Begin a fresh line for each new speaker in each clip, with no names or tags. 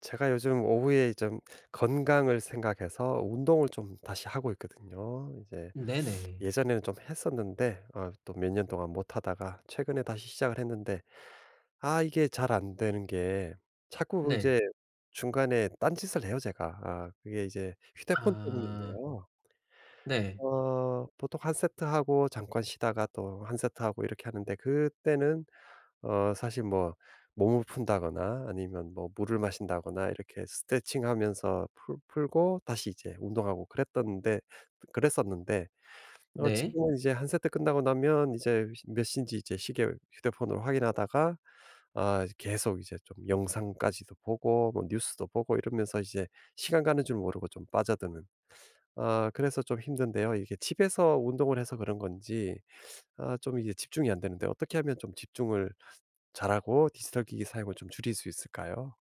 제가 요즘 오후에 좀 건강을 생각해서 운동을 좀 다시 하고 있거든요. 이제
네네.
예전에는 좀 했었는데 또 몇 년 동안 못 하다가 최근에 다시 시작을 했는데, 아 이게 잘 안 되는 게 자꾸
네.
이제 중간에 딴짓을 해요 제가. 아 그게 이제 휴대폰
아
때문인데요.
네.
보통 한 세트 하고 잠깐 쉬다가 또 한 세트 하고 이렇게 하는데, 그때는 사실 뭐 몸을 푼다거나 아니면 뭐 물을 마신다거나 이렇게 스트레칭하면서 풀 풀고 다시 이제 운동하고 그랬었는데,
네.
지금은 이제 한 세트 끝나고 나면 이제 몇 시인지 이제 시계, 휴대폰으로 확인하다가 아 계속 이제 좀 영상까지도 보고 뭐 뉴스도 보고 이러면서 이제 시간 가는 줄 모르고 좀 빠져드는, 아 그래서 좀 힘든데요. 이게 집에서 운동을 해서 그런 건지, 아 좀 이제 집중이 안 되는데 어떻게 하면 좀 집중을 잘하고 디지털 기기 사용을 좀 줄일 수 있을까요?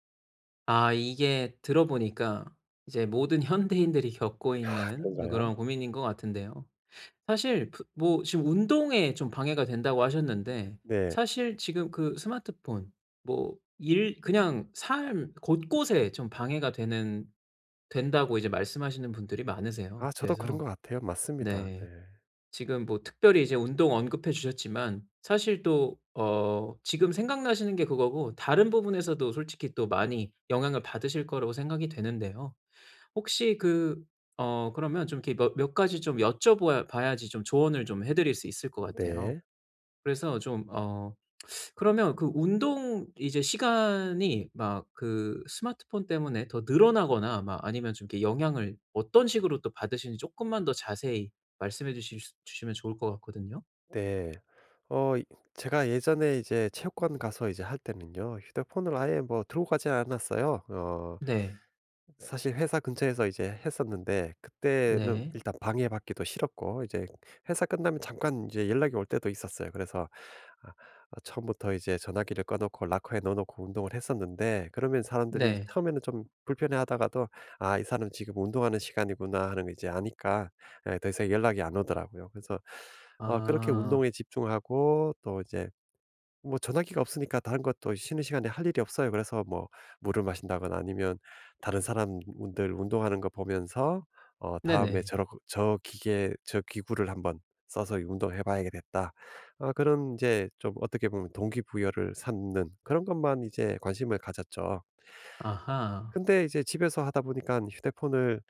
아 이게 들어보니까 이제 모든 현대인들이 겪고
아
있는
그런가요?
그런 고민인 것 같은데요. 사실 뭐 지금 운동에 좀 방해가 된다고 하셨는데
네.
사실 지금 그 스마트폰 뭐 일 그냥 삶 곳곳에 좀 방해가 되는 된다고 이제 말씀하시는 분들이
아
많으세요.
저도 그런 것
그래서
같아요. 맞습니다. 네.
네. 지금 뭐 특별히 이제 운동 언급해 주셨지만 사실 또 지금 생각나시는 게 그거고 다른 부분에서도 솔직히 또 많이 영향을 받으실 거라고 생각이 되는데요. 혹시 그 그러면 좀 이렇게 몇 가지 좀 여쭤 봐야지 좀 조언을 좀 해 드릴 수 있을 것 같아요.
네.
그래서 좀어 그러면 그 운동 이제 시간이 막 그 스마트폰 때문에 더 늘어나거나 막 아니면 좀 이렇게 영향을 어떤 식으로 또 받으시는지 조금만 더 자세히 말씀해 주실 수 주시면 좋을 것 같거든요.
네. 어 이 제가 예전에 이제 체육관 가서 이제 할 때는요, 휴대폰을 아예 뭐 들고 가지 않았어요.
네.
네. 사실 회사 근처에서 이제 했었는데, 그때는
네.
일단 방해받기도 싫었고 이제 회사 끝나면 잠깐 이제 연락이 올 때도 있었어요. 그래서 아 아 처음부터 이제 전화기를 꺼 놓고 락커에 넣어 놓고 운동을 했었는데, 그러면 사람들이
네.
처음에는 좀 불편해하다가도 '아 이 사람 지금 운동하는 시간이구나.' 하는 거 이제 아니까 예, 더 이상 연락이 안 오더라고요. 그래서 그렇게
아.
운동에 집중하고 또 이제 뭐 전화기가 없으니까 다른 것도 쉬는 시간에 할 일이 없어요. 그래서 뭐 물을 마신다거나 아니면 다른 사람들 운동하는 거 보면서 '다음에
네네.
저러 저 기계 저 기구를 한번 써서 운동해 봐야겠다.' 아 그런 이제 좀 어떻게 보면 동기부여를 삼는 그런 것만 이제 관심을 가졌죠.
아하.
근데 이제 집에서 하다 보니까 휴대폰을,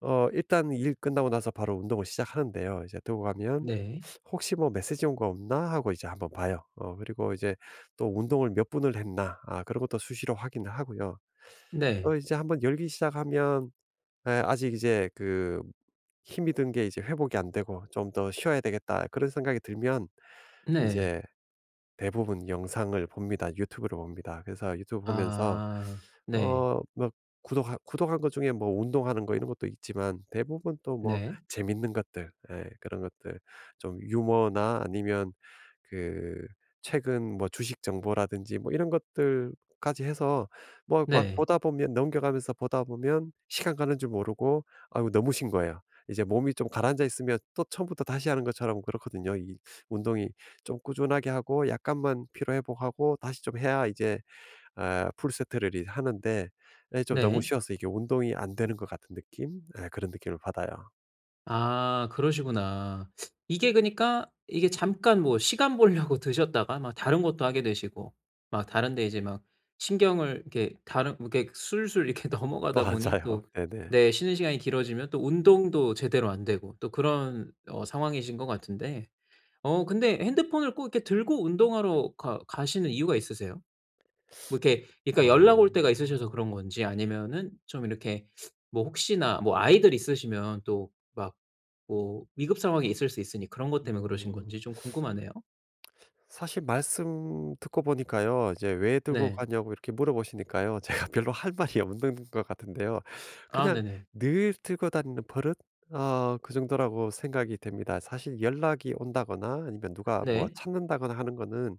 일단 일 끝나고 나서 바로 운동을 시작하는데요. 이제 들고 가면
네.
혹시 뭐 메시지 온 거 없나 하고 이제 한번 봐요. 그리고 이제 또 운동을 몇 분을 했나, 아 그런 것도 수시로 확인을 하고요.
네.
이제 한번 열기 시작하면, 아직 이제 그 힘이 든 게 이제 회복이 안 되고 '좀 더 쉬어야 되겠다.' 그런 생각이 들면
네.
이제 대부분 영상을 봅니다. 유튜브를 봅니다. 그래서 유튜브 보면서
아. 네.
뭐 구독한 것 중에 뭐 운동하는 거 이런 것도 있지만, 대부분 또 뭐
네.
재밌는 것들, 예 그런 것들, 좀 유머나 아니면 그 최근 뭐 주식 정보라든지 뭐 이런 것들까지 해서 뭐 막
네.
보다 보면 넘겨가면서 보다 보면 시간 가는 줄 모르고, 아이고 너무 쉰 거예요. 이제 몸이 좀 가라앉아 있으면 또 처음부터 다시 하는 것처럼 그렇거든요. 이 운동이 좀 꾸준하게 하고 약간만 피로 회복하고 다시 좀 해야 이제, 아 풀세트를 이 하는데, 예 좀 너무
네.
쉬어서 이게 운동이 안 되는 것 같은 느낌? 예 그런 느낌을 받아요.
아 그러시구나. 이게 그니까 이게 잠깐 뭐 시간 보려고 드셨다가 막 다른 것도 하게 되시고 막 다른 데 이제 막 신경을 이렇게 다른 이렇게 술술 이렇게 넘어가다 보니
맞아요.
또
네네.
네 쉬는 시간이 길어지면 또 운동도 제대로 안 되고 또 그런 상황이신 것 같은데 근데 핸드폰을 꼭 이렇게 들고 운동하러 가 가시는 이유가 있으세요? 뭐 이렇게 그러니까 연락 올 때가 있으셔서
어.
그런 건지 아니면은 좀 이렇게 뭐 혹시나 뭐 아이들 있으시면 또 막 뭐 위급 상황이 있을 수 있으니 그런 것 때문에 그러신 건지
음.
좀 궁금하네요.
사실 말씀 듣고 보니까요. 이제 "왜 들고
네.
가냐."고 이렇게 물어보시니까요. 제가 별로 할 말이 없는 것 같은데요.
아
그냥
네네.
늘 들고 다니는 버릇? 그 정도라고 생각이 됩니다. 사실 연락이 온다거나 아니면 누가 뭐
네.
찾는다거나 하는 거는,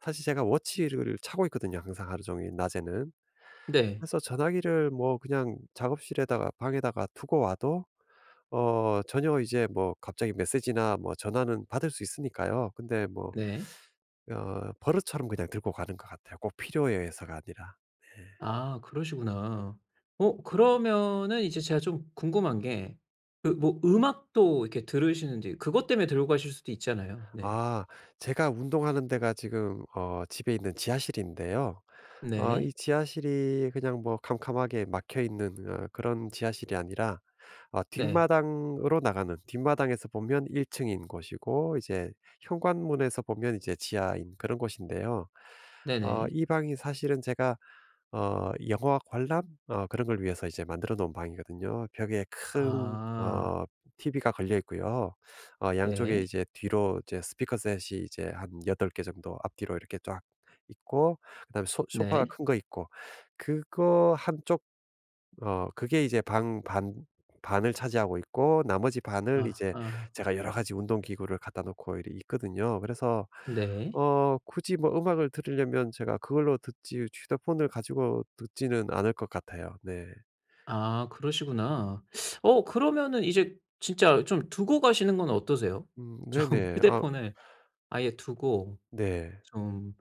사실 제가 워치를 차고 있거든요, 항상 하루 종일 낮에는.
네.
그래서 전화기를 뭐 그냥 작업실에다가 방에다가 두고 와도 전혀 이제 뭐 갑자기 메시지나 뭐 전화는 받을 수 있으니까요. 근데 뭐
네.
버릇처럼 그냥 들고 가는 것 같아요, 꼭 필요해서가 아니라. 네.
아 그러시구나. 어 그러면은 이제 제가 좀 궁금한 게 그 뭐 음악도 이렇게 들으시는지 그것 때문에 들고 가실 수도 있잖아요. 네.
아 제가 운동하는 데가 지금 집에 있는 지하실인데요. 이
네.
지하실이 그냥 뭐 캄캄하게 막혀 있는 그런 지하실이 아니라,
네.
뒷마당으로 나가는, 뒷마당에서 보면 1 층인 곳이고 이제 현관문에서 보면 이제 지하인 그런 곳인데요.
네네.
이 방이 사실은 제가 영화 관람 그런 걸 위해서 이제 만들어 놓은 방이거든요. 벽에 큰
아.
TV가 걸려 있고요. 양쪽에
네.
이제 뒤로 이제 스피커 셋이 이제 한 8개 정도 앞뒤로 이렇게 쫙 있고, 그다음에 소 소파가
네.
큰 거 있고, 그거 한쪽, 그게 이제 방 반 반을 차지하고 있고 나머지 반을
아
이제
아.
제가 여러 가지 운동 기구를 갖다 놓고 이리 있거든요. 그래서
네.
굳이 뭐 음악을 들으려면 제가 그걸로 듣지 휴대폰을 가지고 듣지는 않을 것 같아요. 네.
아 그러시구나. 어 그러면은 이제 진짜 좀 두고 가시는 건 어떠세요? 좀
네네. 아
휴대폰을 아예 두고
네.
좀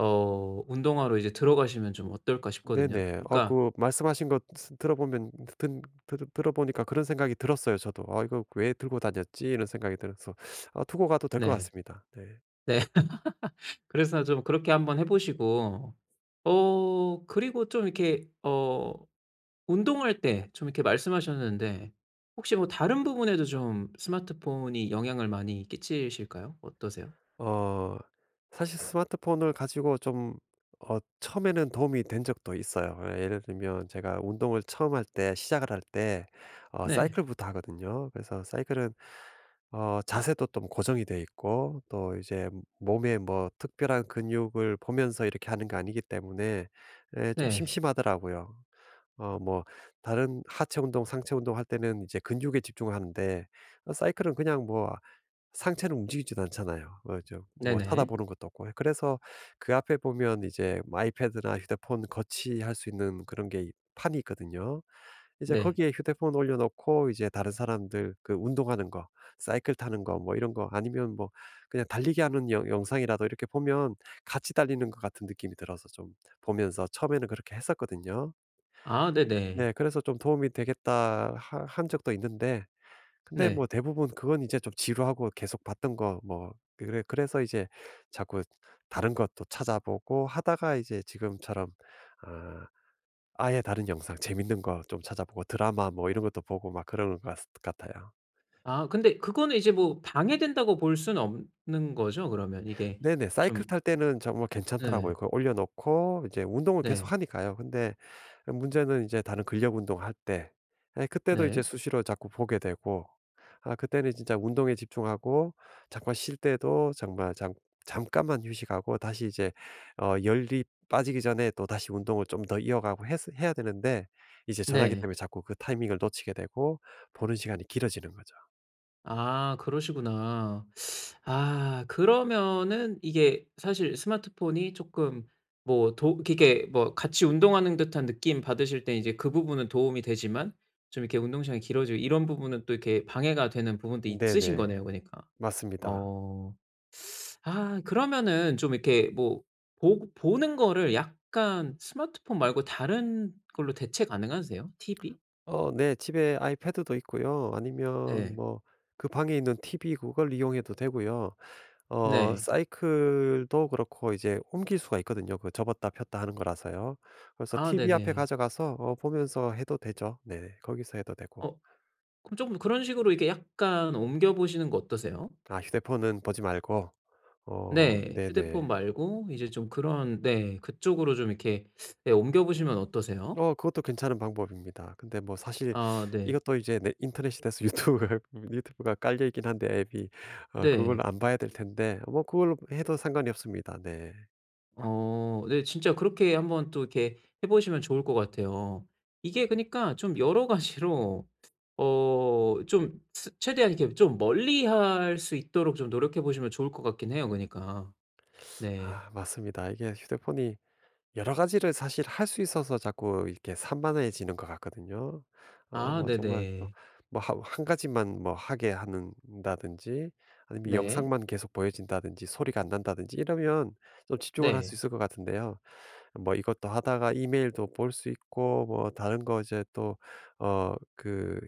운동화로 이제 들어가시면 좀 어떨까 싶거든요.
네네.
그러니까
그 말씀하신 거 스 들어보면, 든 들 들어보니까 그런 생각이 들었어요 저도. '아 이거 왜 들고 다녔지?' 이런 생각이 들어서 아 두고 가도 될 것
네.
같습니다. 네.
네. 그래서 좀 그렇게 한번 해 보시고 그리고 좀 이렇게 운동할 때 좀 이렇게 말씀하셨는데 혹시 뭐 다른 부분에도 좀 스마트폰이 영향을 많이 끼치실까요? 어떠세요?
어 사실 스마트폰을 가지고 좀 처음에는 도움이 된 적도 있어요. 예, 예를 들면 제가 운동을 처음 할 때 시작을 할 때,
네.
사이클부터 하거든요. 그래서 사이클은 자세도 좀 고정이 돼 있고 또 이제 몸에 뭐 특별한 근육을 보면서 이렇게 하는 게 아니기 때문에 예 좀
네.
심심하더라고요. 뭐 다른 하체 운동, 상체 운동할 때는 이제 근육에 집중하는데 사이클은 그냥 뭐 상체는 움직이지도 않잖아요. 뭐 저 뭐
네네.
쳐다보는 것도 없고. 그래서 그 앞에 보면 이제 뭐 아이패드나 휴대폰 거치할 수 있는 그런 게, 이 판이 있거든요. 이제
네.
거기에 휴대폰 올려 놓고 이제 다른 사람들 그 운동하는 거, 사이클 타는 거 뭐 이런 거 아니면 뭐 그냥 달리기 하는 영 영상이라도 이렇게 보면 같이 달리는 것 같은 느낌이 들어서, 좀 보면서 처음에는 그렇게 했었거든요.
아 네네.
네. 그래서 좀 '도움이 되겠다.' 하 한 적도 있는데, 근데 뭐
네.
대부분 그건 이제 좀 지루하고 계속 봤던 거 뭐 그래서 이제 자꾸 다른 것도 찾아보고 하다가 이제 지금처럼, 아 아예 다른 영상 재밌는 거 좀 찾아보고 드라마 뭐 이런 것도 보고 막 그러는 것 같아요.
아 근데 그거는 이제 뭐 방해된다고 볼 수는 없는 거죠 그러면? 이게
네네. 사이클
좀
탈 때는 정말 괜찮더라고요.
네.
그걸 올려 놓고 이제 운동을 계속
네.
하니까요. 근데 문제는 이제 다른 근력 운동할 때, 그때도 이제
네.
수시로 자꾸 보게 되고, 아 그때는 진짜 운동에 집중하고 잠깐 쉴 때도 정말 잠 잠깐만 휴식하고 다시 이제 열이 빠지기 전에 또다시 운동을 좀 더 이어가고 했 해야 되는데, 이제 전화기
네.
때문에 자꾸 그 타이밍을 놓치게 되고 보는 시간이 길어지는 거죠.
아 그러시구나. 아 그러면은 이게 사실 스마트폰이 쪼끔 뭐 도 이렇게 뭐 같이 운동하는 듯한 느낌 받으실 때 이제 그 부분은 도움이 되지만 좀 이렇게 운동 시간이 길어지고 이런 부분은 또 이렇게 방해가 되는 부분도 있으신
네네.
거네요 그니까.
맞습니다.
어. 아 그러면은 좀 이렇게 뭐 보 보는 거를 약간 스마트폰 말고 다른 걸로 대체 가능하세요? TV?
어 네. 집에 아이패드도 있고요. 아니면
네
뭐 그 방에 있는 TV 그걸 이용해도 되고요.
네.
사이클도 그렇고 이제 옮길 수가 있거든요. 그 접었다 폈다 하는 거라서요. 그래서
아
TV 앞에
네네.
가져가서 보면서 해도 되죠. 네. 거기서 해도 되고.
어 그럼 쪼끔 그런 식으로 이렇게 약간 옮겨 보시는 거 어떠세요?
아 휴대폰은 보지 말고. 어
네. 휴대폰
네네.
말고 이제 좀 그런 네 그쪽으로 좀 이렇게 네 옮겨 보시면 어떠세요?
그것도 괜찮은 방법입니다. 근데 뭐 사실
아 네.
이것도 이제 네 인터넷이 돼서 유튜브가 유튜브가 깔려 있긴 한데 앱이,
네.
그걸로 안 봐야 될 텐데 뭐 그걸로 해도 상관이 없습니다. 네.
어 네. 진짜 그렇게 한번 또 이렇게 해 보시면 좋을 것 같아요. 이게 그니까 러좀 여러 가지로 좀 스 최대한 이렇게 좀 멀리할 수 있도록 좀 노력해 보시면 좋을 것 같긴 해요 그니까. 네.
아 맞습니다. 이게 휴대폰이 여러 가지를 사실 할 수 있어서 자꾸 이렇게 산만해지는 것 같거든요.
아
뭐 정말 또
네네.
뭐 한 가지만 뭐 하게 하는다든지 아니면
네.
영상만 계속 보여진다든지 소리가 안 난다든지 이러면 좀 집중을 할 수
네.
있을 것 같은데요. 뭐 이것도 하다가 이메일도 볼 수 있고 뭐 다른 거 이제 또어그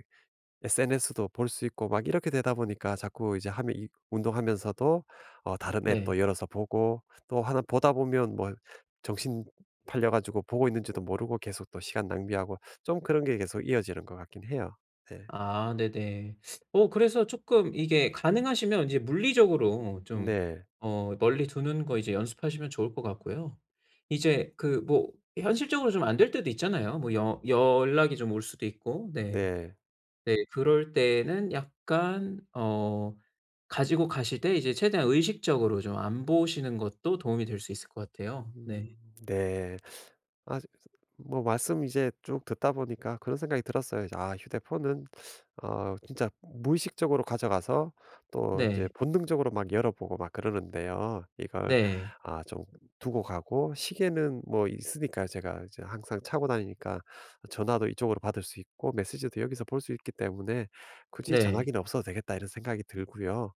SNS도 볼 수 있고 막 이렇게 되다 보니까 자꾸 이제 하면 이 운동하면서도 다른 앱도
네.
열어서 보고 또 하나 보다 보면 뭐 정신 팔려 가지고 보고 있는지도 모르고 계속 또 시간 낭비하고 좀 그런 게 계속 이어지는 것 같긴 해요. 네.
아 네네. 어 그래서 조금 이게 가능하시면 이제 물리적으로 좀
네.
멀리 두는 거 이제 연습하시면 좋을 것 같고요. 이제 그 뭐 현실적으로 좀 안 될 때도 있잖아요. 뭐 여 연락이 좀 올 수도 있고. 네.
네.
네 그럴 때는 약간 가지고 가실 때 이제 최대한 의식적으로 좀 안 보시는 것도 도움이 될 수 있을 것 같아요.
음
네.
네. 아 뭐 말씀 이제 쭉 듣다 보니까 그런 생각이 들었어요. 이제 '아 휴대폰은 진짜 무의식적으로 가져가서 또 이제
네.
본능적으로 막 열어보고 막 그러는데요. 이걸
네.
아 좀 두고 가고, 시계는 뭐 있으니까 제가 이제 항상 차고 다니니까 전화도 이쪽으로 받을 수 있고 메시지도 여기서 볼 수 있기 때문에 굳이
네.
전화기는 없어도 되겠다.' 이런 생각이 들고요.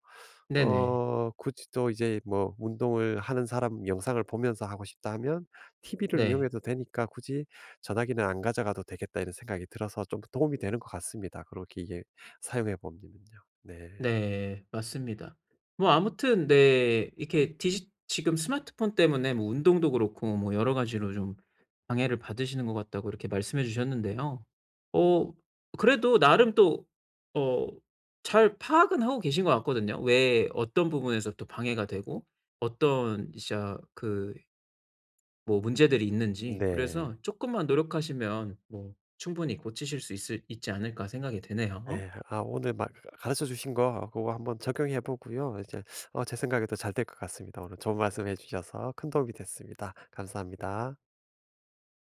네네.
굳이 또 이제 뭐 운동을 하는 사람 영상을 보면서 하고 싶다 하면 TV를
네.
이용해도 되니까 '굳이 전화기는 안 가져가도 되겠다.' 이런 생각이 들어서 좀 도움이 되는 것 같습니다. 그렇게 이게 사용해 보면요. 네.
네. 맞습니다. 뭐 아무튼 네 이렇게 디지 지금 스마트폰 때문에 뭐 운동도 그렇고 뭐 여러 가지로 좀 방해를 받으시는 것 같다고 이렇게 말씀해 주셨는데요. 어 그래도 나름 또 어 잘 파악은 하고 계신 것 같거든요. 왜 어떤 부분에서 또 방해가 되고 어떤 진짜 그 뭐 문제들이 있는지.
네.
그래서 조금만 노력하시면 뭐 충분히 고치실 수 있을 있지 않을까 생각이 드네요.
네. 아 오늘 막 가르쳐 주신 거 그거 한번 적용해 보고요. 이제 제 생각에도 잘 될 것 같습니다. 오늘 좋은 말씀해 주셔서 큰 도움이 됐습니다. 감사합니다.